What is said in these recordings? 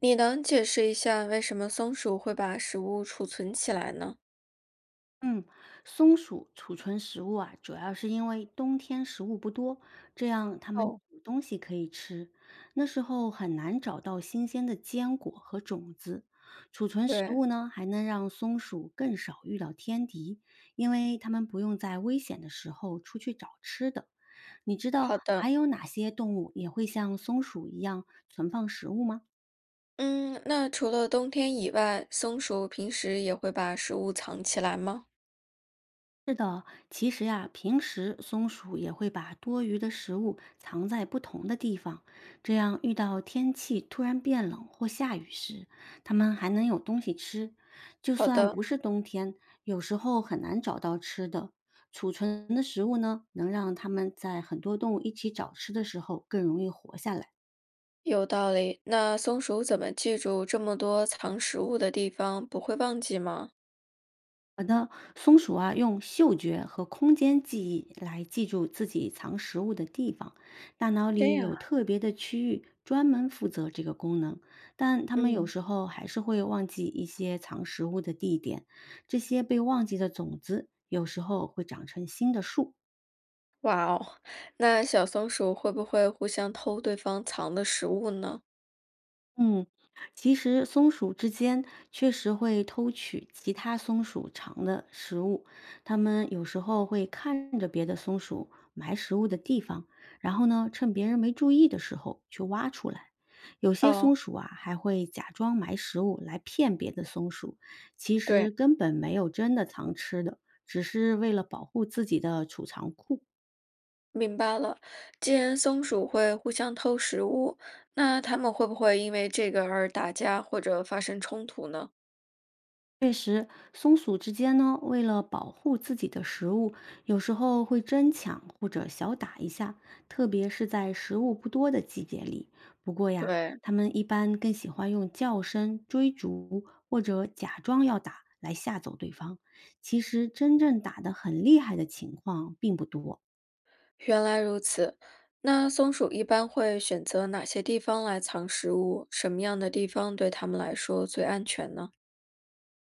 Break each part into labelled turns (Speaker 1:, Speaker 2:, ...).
Speaker 1: 你能解释一下为什么松鼠会把食物储存起来呢？
Speaker 2: 嗯，松鼠储存食物啊，主要是因为冬天食物不多，这样它们
Speaker 1: 哦，
Speaker 2: 有东西可以吃。那时候很难找到新鲜的坚果和种子。储存食
Speaker 1: 对，
Speaker 2: 物呢，还能让松鼠更少遇到天敌，因为它们不用在危险的时候出去找吃的。你知道
Speaker 1: 好的。
Speaker 2: 还有哪些动物也会像松鼠一样存放食物吗？
Speaker 1: 嗯，那除了冬天以外，松鼠平时也会把食物藏起来吗？
Speaker 2: 是的，其实呀，平时松鼠也会把多余的食物藏在不同的地方，这样遇到天气突然变冷或下雨时，它们还能有东西吃。就
Speaker 1: 好
Speaker 2: 算
Speaker 1: 的，
Speaker 2: 不是冬天，有时候很难找到吃的，储存的食物呢，能让它们在很多动物一起找吃的时候更容易活下来。
Speaker 1: 有道理。那松鼠怎么记住这么多藏食物的地方，不会忘记吗？
Speaker 2: 好的，松鼠啊，用嗅觉和空间记忆来记住自己藏食物的地方。大脑
Speaker 1: 这
Speaker 2: 里
Speaker 1: 样
Speaker 2: 有
Speaker 1: 啊。
Speaker 2: 特别的区域专门负责这个功能，但它们有
Speaker 1: 嗯，
Speaker 2: 时候还是会忘记一些藏食物的地点。这些被忘记的种子，有时候会长成新的树。
Speaker 1: 哇哦，那小松鼠会不会互相偷对方藏的食物呢？
Speaker 2: 嗯，其实松鼠之间确实会偷取其他松鼠藏的食物，它们有时候会看着别的松鼠埋食物的地方，然后呢，趁别人没注意的时候去挖出来。有些
Speaker 1: 哦，
Speaker 2: 松鼠啊，还会假装埋食物来骗别的松鼠，其
Speaker 1: 对。
Speaker 2: 实根本没有真的藏吃的，只是为了保护自己的储藏库。
Speaker 1: 明白了，既然松鼠会互相偷食物，那它们会不会因为这个而打架或者发生冲突呢？
Speaker 2: 确实，松鼠之间呢，为了保护自己的食物，有时候会争抢或者小打一下，特别是在食物不多的季节里。不过呀，
Speaker 1: 对，
Speaker 2: 它们一般更喜欢用叫声追逐或者假装要打来吓走对方。其实，真正打得很厉害的情况并不多。
Speaker 1: 原来如此，那松鼠一般会选择哪些地方来藏食物？什么样的地方对它们来说最安全呢？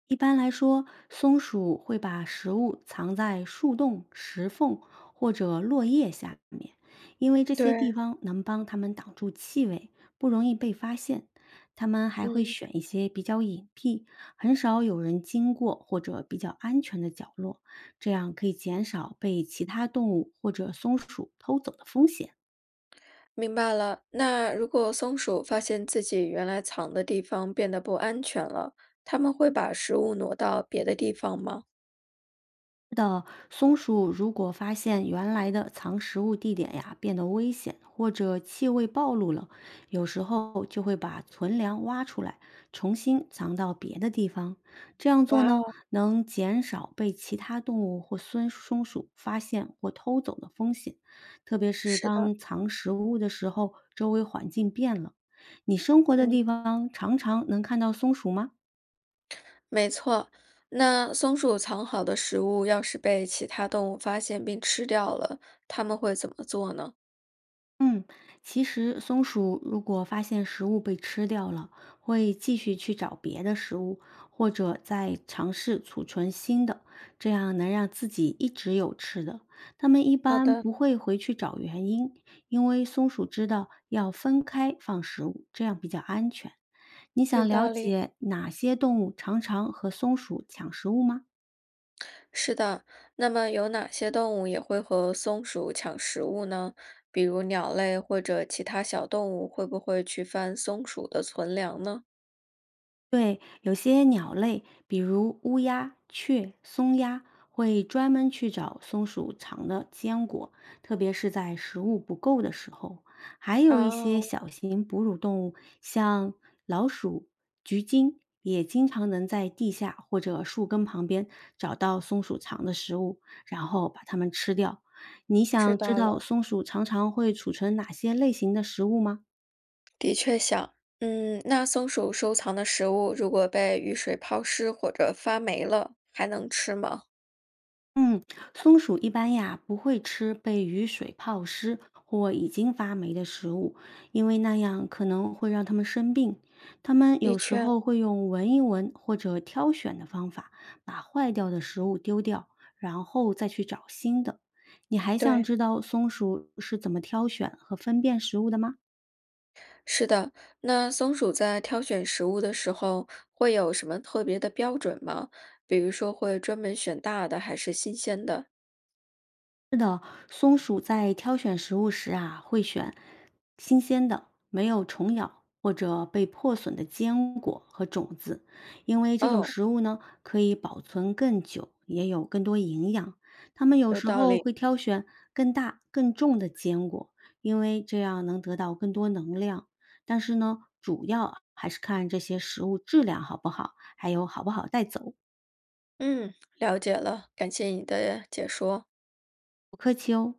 Speaker 2: 一般来说，松鼠会把食物藏在树洞、石缝或者落叶下面，因为这些
Speaker 1: 对，
Speaker 2: 地方能帮它们挡住气味，不容易被发现。它们还会
Speaker 1: 嗯，
Speaker 2: 选一些比较隐蔽、很少有人经过或者比较安全的角落，这样可以减少被其他动物或者松鼠偷走的风险。
Speaker 1: 明白了，那如果松鼠发现自己原来藏的地方变得不安全了，它们会把食物挪到别的地方吗？
Speaker 2: 的，松鼠如果发现原来的藏食物地点呀变得危险，或者气味暴露了，有时候就会把存粮挖出来，重新藏到别的地方。这样做
Speaker 1: 哇
Speaker 2: 呢，
Speaker 1: 哦，
Speaker 2: 能减少被其他动物或松鼠发现或偷走的风险，特别是
Speaker 1: 是的，
Speaker 2: 当藏食物的时候，周围环境变了。你生活的地
Speaker 1: 嗯。
Speaker 2: 方常常能看到松鼠吗？
Speaker 1: 没错，那松鼠藏好的食物要是被其他动物发现并吃掉了，它们会怎么做呢？
Speaker 2: 嗯，其实松鼠如果发现食物被吃掉了，会继续去找别的食物，或者再尝试储存新的，这样能让自己一直有吃的。它们一
Speaker 1: 好
Speaker 2: 般
Speaker 1: 的，
Speaker 2: 不会回去找原因，因为松鼠知道要分开放食物，这样比较安全。你
Speaker 1: 有
Speaker 2: 想了
Speaker 1: 道理。
Speaker 2: 解哪些动物常常和松鼠抢食物吗？
Speaker 1: 是的，那么有哪些动物也会和松鼠抢食物呢？比如鸟类或者其他小动物会不会去翻松鼠的存粮呢？
Speaker 2: 对，有些鸟类，比如乌鸦、雀、松鸦，会专门去找松鼠藏的坚果，特别是在食物不够的时候。还有一些
Speaker 1: 哦，
Speaker 2: 小型哺乳动物，像老鼠、橘鲸，也经常能在地下或者树根旁边找到松鼠藏的食物，然后把它们吃掉。你
Speaker 1: 知
Speaker 2: 想知
Speaker 1: 道
Speaker 2: 道
Speaker 1: 了。
Speaker 2: 松鼠常常会储存哪些类型的食物吗？
Speaker 1: 的确想，嗯，那松鼠收藏的食物如果被雨水泡湿或者发霉了，还能吃吗？
Speaker 2: 嗯，松鼠一般呀不会吃被雨水泡湿或已经发霉的食物，因为那样可能会让它们生病。它们
Speaker 1: 的
Speaker 2: 有时
Speaker 1: 确，
Speaker 2: 候会用闻一闻或者挑选的方法，把坏掉的食物丢掉，然后再去找新的。你还想
Speaker 1: 对。
Speaker 2: 知道松鼠是怎么挑选和分辨食物的吗？
Speaker 1: 是的，那松鼠在挑选食物的时候会有什么特别的标准吗？比如说会专门选大的还是新鲜的？
Speaker 2: 是的，松鼠在挑选食物时啊，会选新鲜的、没有虫咬或者被破损的坚果和种子，因为这种
Speaker 1: 哦，
Speaker 2: 食物呢可以保存更久，也有更多营养。它们有
Speaker 1: 有
Speaker 2: 时
Speaker 1: 道
Speaker 2: 候
Speaker 1: 理。
Speaker 2: 会挑选更大、更重的坚果，因为这样能得到更多能量。但是呢，主要还是看这些食物质量好不好，还有好不好带走。
Speaker 1: 嗯，了解了，感谢你的解说。
Speaker 2: 不客气哦。